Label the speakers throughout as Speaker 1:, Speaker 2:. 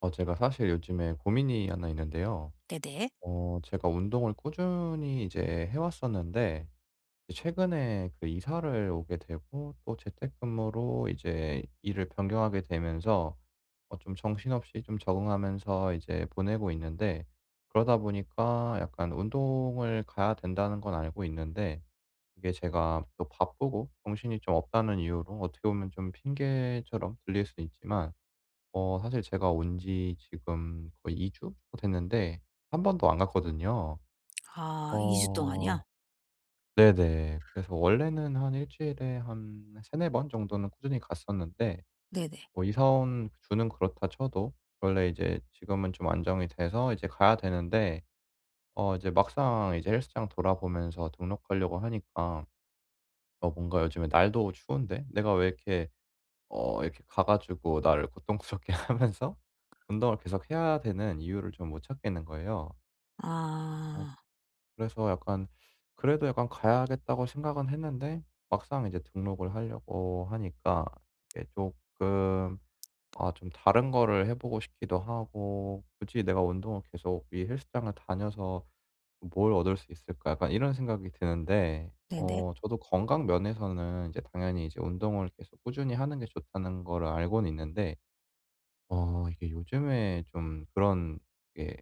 Speaker 1: 제가 사실 요즘에 고민이 하나 있는데요.
Speaker 2: 네네.
Speaker 1: 제가 운동을 꾸준히 이제 해 왔었는데 이제 최근에 그 이사를 오게 되고 또 재택근무로 이제 일을 변경하게 되면서 좀 정신없이 좀 적응하면서 이제 보내고 있는데, 그러다 보니까 약간 운동을 가야 된다는 건 알고 있는데, 이게 제가 또 바쁘고 정신이 좀 없다는 이유로 어떻게 보면 좀 핑계처럼 들릴 수 있지만, 사실 제가 온지 지금 거의 2주 됐는데 한 번도 안 갔거든요.
Speaker 2: 아 2주 동안이요?
Speaker 1: 어. 네네. 그래서 원래는 한 일 주일에 한 세네 번 정도는 꾸준히 갔었는데,
Speaker 2: 네네.
Speaker 1: 뭐 이사 온 그 주는 그렇다 쳐도 원래 이제 지금은 좀 안정이 돼서 이제 가야 되는데, 이제 막상 이제 헬스장 돌아보면서 등록하려고 하니까 뭔가 요즘에 날도 추운데, '내가 왜 이렇게 이렇게 가 가지고 나를 고통스럽게 하면서 운동을 계속 해야 되는 이유를 좀 못 찾겠는 거예요. 어
Speaker 2: 아
Speaker 1: 그래서 약간, 그래도 약간 가야겠다고 생각은 했는데 막상 이제 등록을 하려고 하니까 이게 조금, 아, 좀 다른 거를 해 보고 싶기도 하고 '굳이 내가 운동을 계속 이 헬스장을 다녀서 뭘 얻을 수 있을까?' 약간 이런 생각이 드는데,
Speaker 2: 네네.
Speaker 1: 저도 건강 면에서는 이제 당연히 이제 운동을 계속 꾸준히 하는 게 좋다는 거를 알고는 있는데, 이게 요즘에 좀 그런 게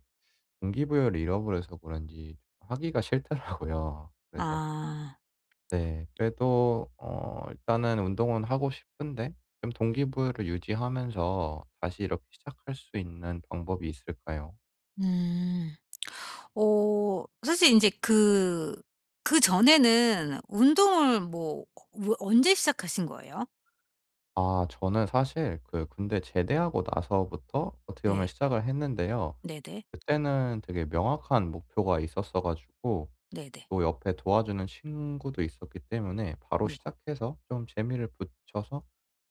Speaker 1: 동기부여를 잃어버려서 그런지 하기가 싫더라고요. 그래서
Speaker 2: 아
Speaker 1: 네, 그래도 일단은 운동은 하고 싶은데 좀 동기부여를 유지하면서 다시 이렇게 시작할 수 있는 방법이 있을까요?
Speaker 2: 음. 어 사실 이제 그 그전에는 운동을 뭐 어 언제 시작하신 거예요?
Speaker 1: 아, 저는 사실 그 군대 제대하고 나서부터 어떻게
Speaker 2: 네.
Speaker 1: 보면 시작을 했는데요.
Speaker 2: 네네.
Speaker 1: 그때는 되게 명확한 목표가 있었어 가지고
Speaker 2: 네네.
Speaker 1: 또 옆에 도와주는 친구도 있었기 때문에 바로
Speaker 2: 네.
Speaker 1: 시작해서 좀 재미를 붙여서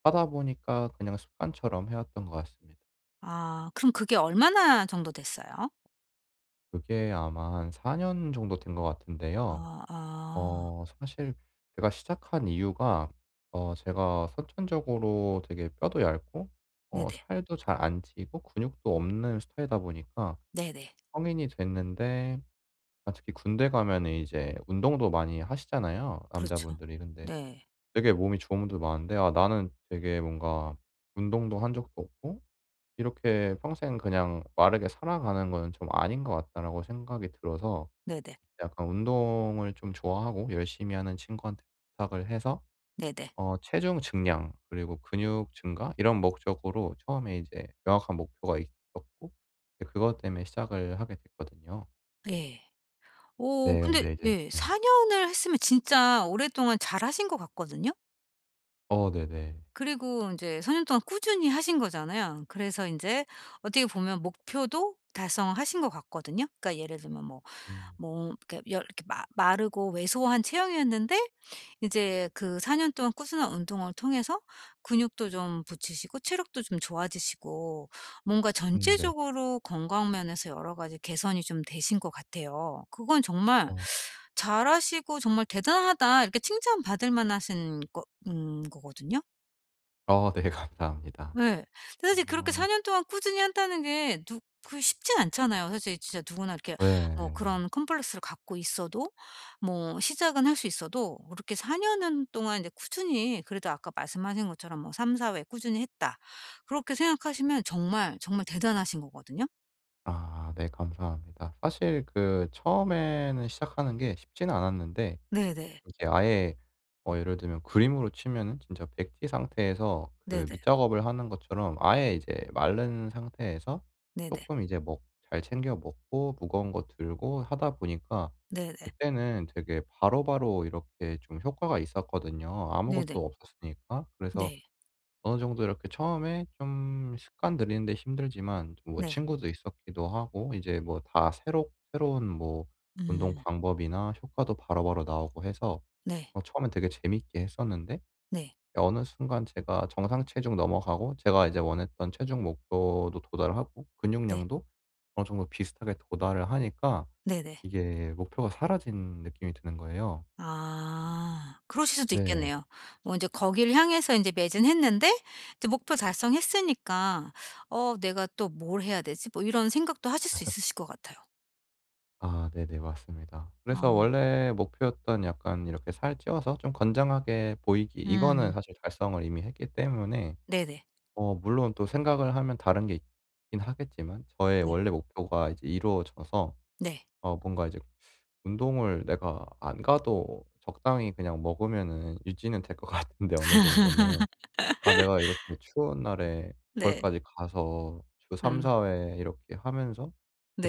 Speaker 1: 하다 보니까 그냥 습관처럼 해왔던 것 같습니다.
Speaker 2: 아 그럼 그게 얼마나 정도 됐어요?
Speaker 1: 그게 아마 한 4년 정도 된 것 같은데요.
Speaker 2: 아 아.
Speaker 1: 사실 제가 시작한 이유가, 제가 선천적으로 되게 뼈도 얇고
Speaker 2: 네네.
Speaker 1: 살도 잘 안 찌고 근육도 없는 스타일이다 보니까
Speaker 2: 네네.
Speaker 1: 성인이 됐는데, 아, 특히 군대 가면은 이제 운동도 많이 하시잖아요,
Speaker 2: 그렇죠.
Speaker 1: 남자분들이. 근데
Speaker 2: 네.
Speaker 1: 되게 몸이 좋은 분들 많은데, '아, 나는 되게 뭔가 운동도 한 적도 없고 이렇게 평생 그냥 마르게 살아가는 거는 좀 아닌 것 같다.'라고 생각이 들어서
Speaker 2: 네네.
Speaker 1: 약간 운동을 좀 좋아하고 열심히 하는 친구한테 부탁을 해서
Speaker 2: 네네.
Speaker 1: 체중 증량 그리고 근육 증가 이런 목적으로 처음에 이제 명확한 목표가 있었고 이제 그것 때문에 시작을 하게 됐거든요.
Speaker 2: 예. 오
Speaker 1: 네,
Speaker 2: 근데
Speaker 1: 근데 이제
Speaker 2: 예
Speaker 1: 네.
Speaker 2: 4 년을 했으면 진짜 오랫동안 잘하신 것 같거든요?
Speaker 1: 어. 네네.
Speaker 2: 그리고 이제4년 동안 꾸준히 하신 거잖아요. 그래서 인제 어떻게 보면 목표도 달성하신 것 같거든요. 그러니까 예를 들면 뭐
Speaker 1: 음.
Speaker 2: 뭐 이렇게 열 이렇게 마 마르고 왜소한 체형이었는데 이제 그 4년 동안 꾸준한 운동을 통해서 근육도 좀 붙이시고 체력도 좀 좋아지시고 뭔가
Speaker 1: 음, 네.
Speaker 2: 전체적으로 건강 면에서 여러 가지 개선이 좀 되신 것 같아요. 그건 정말
Speaker 1: 어.
Speaker 2: 잘하시고 정말 '대단하다.' 이렇게 칭찬받을 만하신 거 거거든요.
Speaker 1: 어. 네. 감사합니다.
Speaker 2: 예. 근데 사실 그렇게
Speaker 1: 어.
Speaker 2: 4년 동안 꾸준히 한다는 게 누 그 쉽진 않잖아요. 사실 진짜 누구나 이렇게 뭐
Speaker 1: 네.
Speaker 2: 그런 컴플렉스를 갖고 있어도 뭐 시작은 할 수 있어도 뭐 그렇게 4 년은 동안 인제 꾸준히 그래도 아까 말씀하신 것처럼 뭐 3~4회 꾸준히 했다. 그렇게 생각하시면 정말, 정말 대단하신 거거든요.
Speaker 1: 아, 네, 감사합니다. 사실 그 처음에는 시작하는 게 쉽지는 않았는데
Speaker 2: 네네.
Speaker 1: 이게 아예, 예를 들면 그림으로 치면은 진짜 백지 상태에서 그
Speaker 2: 네네.
Speaker 1: 밑작업을 하는 것처럼 아예 이제 마른 상태에서
Speaker 2: 네네.
Speaker 1: 조금 이제 먹 잘 챙겨 먹고 무거운 거 들고 하다 보니까
Speaker 2: 네네.
Speaker 1: 그때는 되게 바로바로 이렇게 좀 효과가 있었거든요,
Speaker 2: 네네.
Speaker 1: 아무것도 없었으니까. 그래서
Speaker 2: 네.
Speaker 1: 어느 정도 이렇게 처음에 좀 습관 들이는 데 힘들지만 뭐
Speaker 2: 네.
Speaker 1: 친구도 있었기도 하고 이제 뭐 다 새롭 새로운 뭐 운동
Speaker 2: 음.
Speaker 1: 방법이나 효과도 바로바로 나오고 해서
Speaker 2: 네.
Speaker 1: 처음엔 되게 재밌게 했었는데,
Speaker 2: 네.
Speaker 1: 어느 순간 제가 정상 체중 넘어가고 제가 이제 원했던 체중 목표도 도달하고
Speaker 2: 네.
Speaker 1: 근육량도 어느 정도 비슷하게 도달을 하니까
Speaker 2: 네네.
Speaker 1: 이게 목표가 사라진 느낌이 드는 거예요.
Speaker 2: 아. 그러실 수도
Speaker 1: 네.
Speaker 2: 있겠네요. 뭐 이제 거기를 향해서 이제 매진했는데 이제 목표 달성했으니까 '어 내가 또 뭘 해야 되지?' 뭐 이런 생각도 하실 수 있으실 것 같아요.
Speaker 1: 아, 네네, 맞습니다. 그래서
Speaker 2: 아.
Speaker 1: 원래 목표였던 약간 이렇게 살 찌워서 좀 건장하게 보이기, 이거는
Speaker 2: 음.
Speaker 1: 사실 달성을 이미 했기 때문에,
Speaker 2: 네네.
Speaker 1: 물론 또 생각을 하면 다른 게 있긴 하겠지만 저의
Speaker 2: 네.
Speaker 1: 원래 목표가 이제 이루어져서
Speaker 2: 네.
Speaker 1: 뭔가 이제 운동을 내가 안 가도 적당히 그냥 먹으면은 유지는 될 것 같은데, 어느 정도는. 아, 내가 이렇게 추운 날에
Speaker 2: 네.
Speaker 1: 거기까지 가서 주
Speaker 2: 음.
Speaker 1: 3-4회 이렇게 하면서,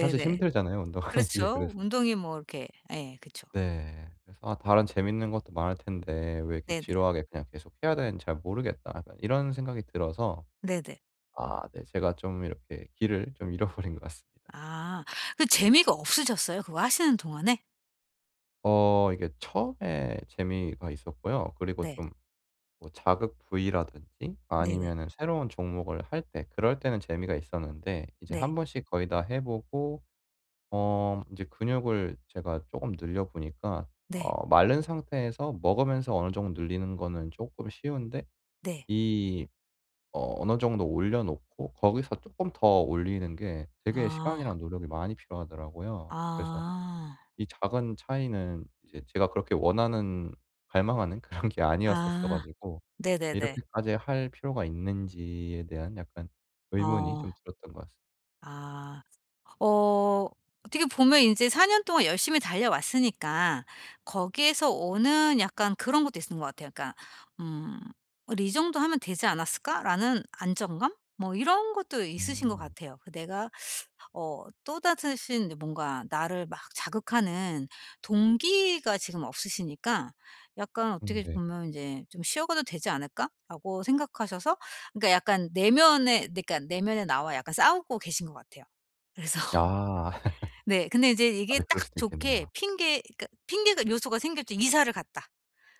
Speaker 1: 사실 힘들잖아요 운동하는 게,
Speaker 2: 그렇죠.
Speaker 1: 그래서.
Speaker 2: 운동이 뭐 이렇게 예그죠
Speaker 1: 네. 그래서 '아, 다른 재밌는 것도 많을 텐데 왜 이렇게
Speaker 2: 네네.
Speaker 1: 지루하게 그냥 계속 해야 되는지 잘 모르겠다.' 약간 이런 생각이 들어서,
Speaker 2: 네네.
Speaker 1: 아, 네, 제가 좀 이렇게 길을 좀 잃어버린 것 같습니다.
Speaker 2: 아. 그 재미가 없으셨어요? 그거 하시는 동안에?
Speaker 1: 이게 처음에 재미가 있었고요. 그리고
Speaker 2: 네.
Speaker 1: 좀 뭐 자극 부위라든지
Speaker 2: 네네.
Speaker 1: 아니면은 새로운 종목을 할 때 그럴 때는 재미가 있었는데 이제
Speaker 2: 네.
Speaker 1: 한 번씩 거의 다 해 보고 인제 근육을 제가 쪼금 늘려 보니까,
Speaker 2: 네.
Speaker 1: 마른 상태에서 먹으면서 어느 정도 늘리는 거는 쪼끔 쉬운데
Speaker 2: 네.
Speaker 1: 이 어느 정도 올려 놓고 거기서 조금 더 올리는 게 되게
Speaker 2: 아.
Speaker 1: 시간이랑 노력이 많이 필요하더라고요. 그래서
Speaker 2: 아.
Speaker 1: 이 작은 차이는 이제 제가 그렇게 원하는, 갈망하는 그런 게 아니었었어
Speaker 2: 아.
Speaker 1: 가지고
Speaker 2: 네네네.
Speaker 1: 이렇게까지 할 필요가 있는지에 대한 약간 의문이
Speaker 2: 어.
Speaker 1: 좀 들었던 것 같습니다.
Speaker 2: 아. 어 어떻게 보면 이제4년 동안 열심히 달려왔으니까 거기에서 오는 약간 그런 것도 있는 것 같아요. 그러니까 음 '우리 이 정도 하면 되지 않았을까?'라는 안정감? 뭐 이런 것도 있으신 것
Speaker 1: 음.
Speaker 2: 같아요. 그 내가 어 또다시 뭔가 나를 막 자극하는 동기가 지금 없으시니까 약간
Speaker 1: 음,
Speaker 2: 어떻게
Speaker 1: 네.
Speaker 2: 보면 이제 '좀 쉬어가도 되지 않을까?'라고 생각하셔서 그러니까 약간 내면에 그러니까 내면의 나와 약간 싸우고 계신 것 같아요. 그래서
Speaker 1: 아.
Speaker 2: 네. 근데 이제
Speaker 1: 아,
Speaker 2: 이게
Speaker 1: 네,
Speaker 2: 딱
Speaker 1: 그럴 수도
Speaker 2: 좋게
Speaker 1: 있겠네요.
Speaker 2: 핑계 그러니까 핑계가 요소가 생겼죠. 이사를 갔다.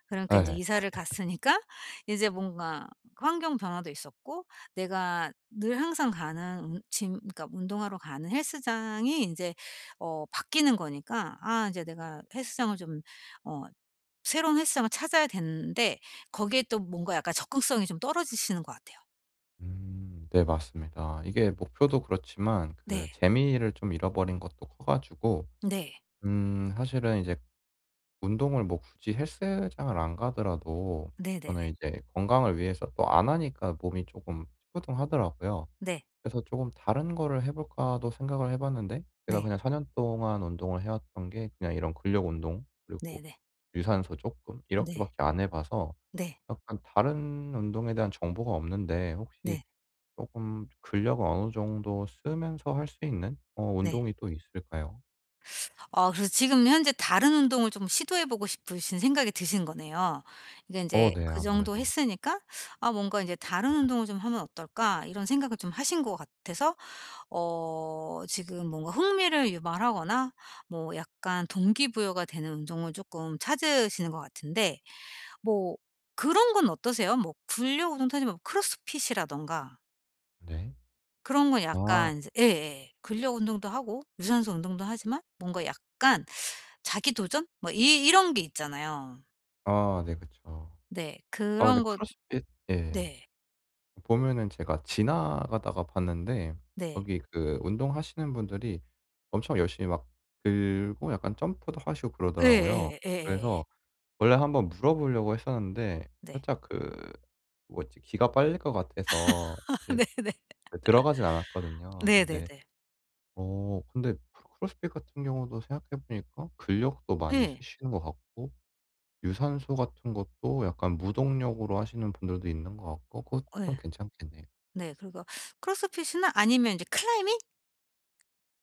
Speaker 2: 그러니까 인제
Speaker 1: 네.
Speaker 2: 이사를 갔으니까 이제 뭔가 환경 변화도 있었고 내가 늘 항상 가는 운 짐 그러니까 운동하러 가는 헬스장이 인제 어 바뀌는 거니까 '아 인제 내가 헬스장을 좀 어 새로운 헬스장을 찾아야 되는데' 거기에 또 뭔가 약간 적극성이 좀 떨어지시는 것 같아요.
Speaker 1: 음, 네, 맞습니다. 이게 목표도 그렇지만
Speaker 2: 네.
Speaker 1: 그 재미를 좀 잃어버린 것도 커 가지고,
Speaker 2: 네.
Speaker 1: 사실은 이제 운동을 뭐 굳이 헬스장을 안 가더라도
Speaker 2: 네네네.
Speaker 1: 저는 이제 건강을 위해서, 또 안 하니까 몸이 조금 찌뿌둥하더라고요.
Speaker 2: 네.
Speaker 1: 그래서 조금 '다른 거를 해 볼까.'도 생각을 해 봤는데, 제가
Speaker 2: 네.
Speaker 1: 그냥 4년 동안 운동을 해 왔던 게 그냥 이런 근력 운동 그리고
Speaker 2: 네네.
Speaker 1: 유산소 조금 이렇게
Speaker 2: 네.
Speaker 1: 밖에 안 해 봐서
Speaker 2: 네.
Speaker 1: 약간 다른 운동에 대한 정보가 없는데,
Speaker 2: 네. 네.
Speaker 1: 혹시
Speaker 2: 네.
Speaker 1: 조금 근력을 어느 정도 쓰면서 할 수 있는
Speaker 2: 네.
Speaker 1: 운동이 또 있을까요?
Speaker 2: 아 그래서 지금 현재 다른 운동을 좀 시도해 보고 싶으신 생각이 드신 거네요. 이게
Speaker 1: 어.
Speaker 2: 인제
Speaker 1: 네.
Speaker 2: 그 정도
Speaker 1: 아무래도.
Speaker 2: 했으니까 '아 뭔가 인제 다른 운동을 좀 하면 어떨까?' 이런 생각을 좀 하신 것 같아서 어 지금 뭔가 흥미를 유발하거나 뭐 약간 동기부여가 되는 운동을 쪼끔 찾으시는 것 같은데 뭐 그런 건 어떠세요? 뭐 근력 운동도 하지만 크로스핏이라든가
Speaker 1: 네.
Speaker 2: 그런 건
Speaker 1: 아.
Speaker 2: 약간 이제 예예. 근력 운동도 하고 유산소 운동도 하지만 뭔가 약간 자기 도전? 뭐 이 이런 게 있잖아요.
Speaker 1: 아, 네, 그쵸.
Speaker 2: 네.
Speaker 1: 아, 근데
Speaker 2: 그런 것
Speaker 1: 크로스핏, 예,
Speaker 2: 네.
Speaker 1: 보면은 제가 지나가다가 봤는데
Speaker 2: 네.
Speaker 1: 거기 그 운동하시는 분들이 엄청 열심히 막 들고 약간 점프도 하시고 그러더라고요.
Speaker 2: 예예. 예예예.
Speaker 1: 그래서 원래 한번 물어보려고 했었는데
Speaker 2: 네.
Speaker 1: 살짝 그, 뭐지, 기가 빨릴 것 같아서 사실
Speaker 2: 네네.
Speaker 1: 그 들어가진 않았거든요. 근데,
Speaker 2: 네네네.
Speaker 1: 근데 크로스핏 같은 경우도 생각해 보니까 근력도 많이
Speaker 2: 예.
Speaker 1: 쓰시는 것 같고 유산소 같은 것도 약간 무동력으로 하시는 분들도 있는 것 같고, 그것 좀
Speaker 2: 예.
Speaker 1: 괜찮겠네요.
Speaker 2: 네. 그리고 크로스핏이나 아니면 이제 클라이밍?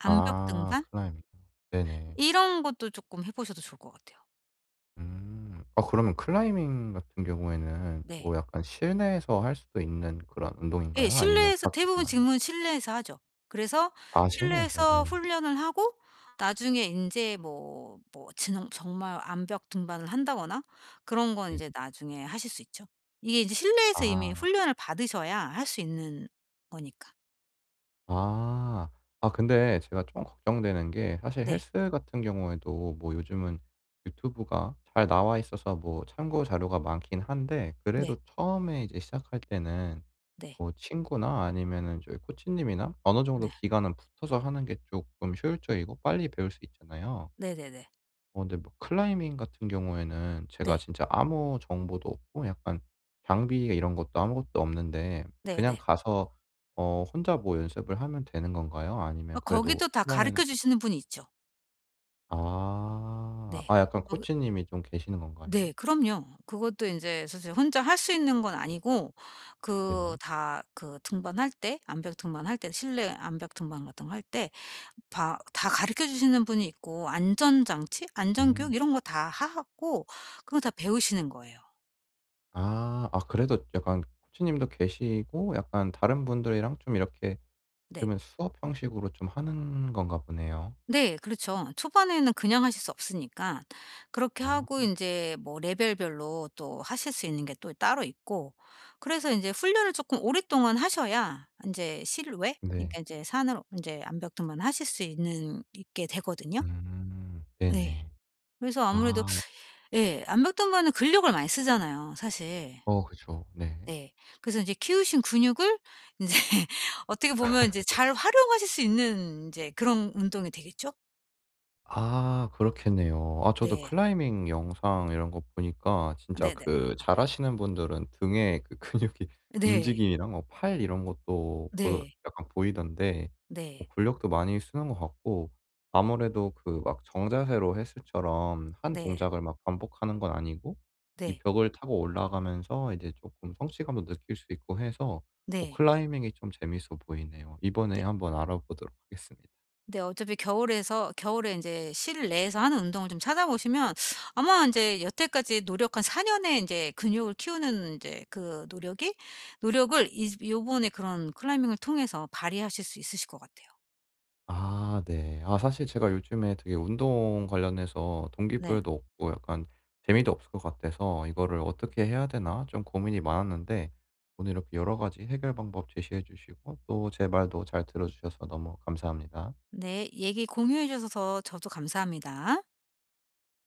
Speaker 2: 암벽
Speaker 1: 아,
Speaker 2: 등반?
Speaker 1: 클라이밍. 네네.
Speaker 2: 이런 것도 조금 해 보셔도 좋을 것 같아요.
Speaker 1: 음. 아, 그러면 클라이밍 같은 경우에는
Speaker 2: 네.
Speaker 1: 뭐 약간 실내에서 할 수도 있는 그런
Speaker 2: 예.
Speaker 1: 운동인가요? 아니면
Speaker 2: 실내에서 대부분
Speaker 1: 밖에서만 해요?
Speaker 2: 지금은 실내에서 하죠. 그래서
Speaker 1: 아, 실내에서요?
Speaker 2: 실내에서
Speaker 1: 네.
Speaker 2: 훈련을 하고 나중에 인제 뭐 뭐 진홍 정말 암벽 등반을 한다거나 그런 건
Speaker 1: 네.
Speaker 2: 인제 나중에 하실 수 있죠. 이게 이제 실내에서 이미
Speaker 1: 아.
Speaker 2: 훈련을 받으셔야 할 수 있는 거니까.
Speaker 1: 아. 아, 근데 제가 좀 걱정되는 게, 사실
Speaker 2: 네.
Speaker 1: 헬스 같은 경우에도 뭐 요즘은 유튜브가 잘 나와 있어서 뭐 참고 자료가 많긴 한데,
Speaker 2: 네.
Speaker 1: 그래도 처음에 이제 시작할 때는
Speaker 2: 네.
Speaker 1: 뭐 친구나 아니면은 저희 코치님이나 어느 정도
Speaker 2: 네.
Speaker 1: 기간은 붙어서 하는 게 조금 효율적이고 빨리 배울 수 있잖아요.
Speaker 2: 네네네.
Speaker 1: 근데 뭐 클라이밍 같은 경우에는 제가
Speaker 2: 네.
Speaker 1: 진짜 아무 정보도 없고 약간 장비 이런 것도 아무것도 없는데 그냥
Speaker 2: 네네.
Speaker 1: 가서 혼자 뭐 연습을 하면 되는 건가요?
Speaker 2: 어
Speaker 1: 아니면 그래도
Speaker 2: 거기도 다
Speaker 1: 초반에는,
Speaker 2: 가르쳐 주시는 분이 있죠.
Speaker 1: 아.
Speaker 2: 네.
Speaker 1: 아, 약간
Speaker 2: 거기
Speaker 1: 코치님이 좀 계시는
Speaker 2: 네.
Speaker 1: 건가요?
Speaker 2: 그럼요. 그것도 이제 사실 혼자 할 수 있는 건 아니고 그
Speaker 1: 네네.
Speaker 2: 다 그 등반할 때 암벽 등반할 때 실내 암벽 등반 같은 거 할 때 다 가르쳐 주시는 분이 있고 안전장치,
Speaker 1: 음.
Speaker 2: 안전교육 이런 거 다 하고 그거 다 배우시는 거예요.
Speaker 1: 아. 아, 그래도 약간 코치님도 계시고 약간 다른 분들이랑 좀 이렇게,
Speaker 2: 네.
Speaker 1: 그러면 수업 형식으로 좀 하는 건가 보네요.
Speaker 2: 네. 그렇죠. 초반에는 그냥 하실 수 없으니까 그렇게
Speaker 1: 아,
Speaker 2: 하고 이제 뭐 레벨별로 또 하실 수 있는 게 또 따로 있고 그래서 이제 훈련을 조금 오랫동안 하셔야 이제 실외
Speaker 1: 네.
Speaker 2: 그러니까 이제 산으로 이제 암벽 등반 하실 수 있는 있게 되거든요.
Speaker 1: 음,
Speaker 2: 네,
Speaker 1: 네네.
Speaker 2: 그래서 아무래도
Speaker 1: 아,
Speaker 2: 예 암벽 등반은 근력을 많이 쓰잖아요 사실.
Speaker 1: 어, 그죠. 네.
Speaker 2: 네. 그래서 이제 키우신 근육을 이제 어떻게 보면 이제 잘 활용하실 수 있는 이제 그런 운동이 되겠죠?
Speaker 1: 아, 그렇겠네요. 아, 저도
Speaker 2: 네.
Speaker 1: 클라이밍 영상 이런 거 보니까 진짜
Speaker 2: 네네.
Speaker 1: 그 잘하시는 분들은 등에 그 근육이
Speaker 2: 네. 네.
Speaker 1: 움직임이랑 뭐 팔 이런 것도 보
Speaker 2: 네.
Speaker 1: 약간 보이던데, 뭐
Speaker 2: 네.
Speaker 1: 근력도 많이 쓰는 것 같고, 아무래도 그 막 정자세로 헬스처럼 한
Speaker 2: 네.
Speaker 1: 동작을 막 반복하는 건 아니고 이
Speaker 2: 네.
Speaker 1: 벽을 타고 올라가면서 이제 조금 성취감도 느낄 수 있고 해서
Speaker 2: 네.
Speaker 1: 클라이밍이 좀 재밌어 보이네요. 이번에
Speaker 2: 네.
Speaker 1: 한번 알아보도록 하겠습니다.
Speaker 2: 네 어차피 겨울에서 겨울에 인제 실내에서 하는 운동을 좀 찾아보시면 아마 인제 여태까지 노력한 4 년의 인제 근육을 키우는 인제 그 노력이 노력을 이 요번에 그런 클라이밍을 통해서 발휘하실 수 있으실 것 같아요.
Speaker 1: 아, 네. 아, 사실 제가 요즘에 되게 운동 관련해서
Speaker 2: 네.
Speaker 1: 동기부여도 없고 약간 재미도 없을 것 같아서 '이거를 어떻게 해야 되나?' 좀 고민이 많았는데, 오늘 이렇게 여러 가지 해결 방법 제시해 주시고 또 제 말도 잘 들어 주셔서 너무 감사합니다.
Speaker 2: 네. 얘기 공유해 주셔서 저도 감사합니다.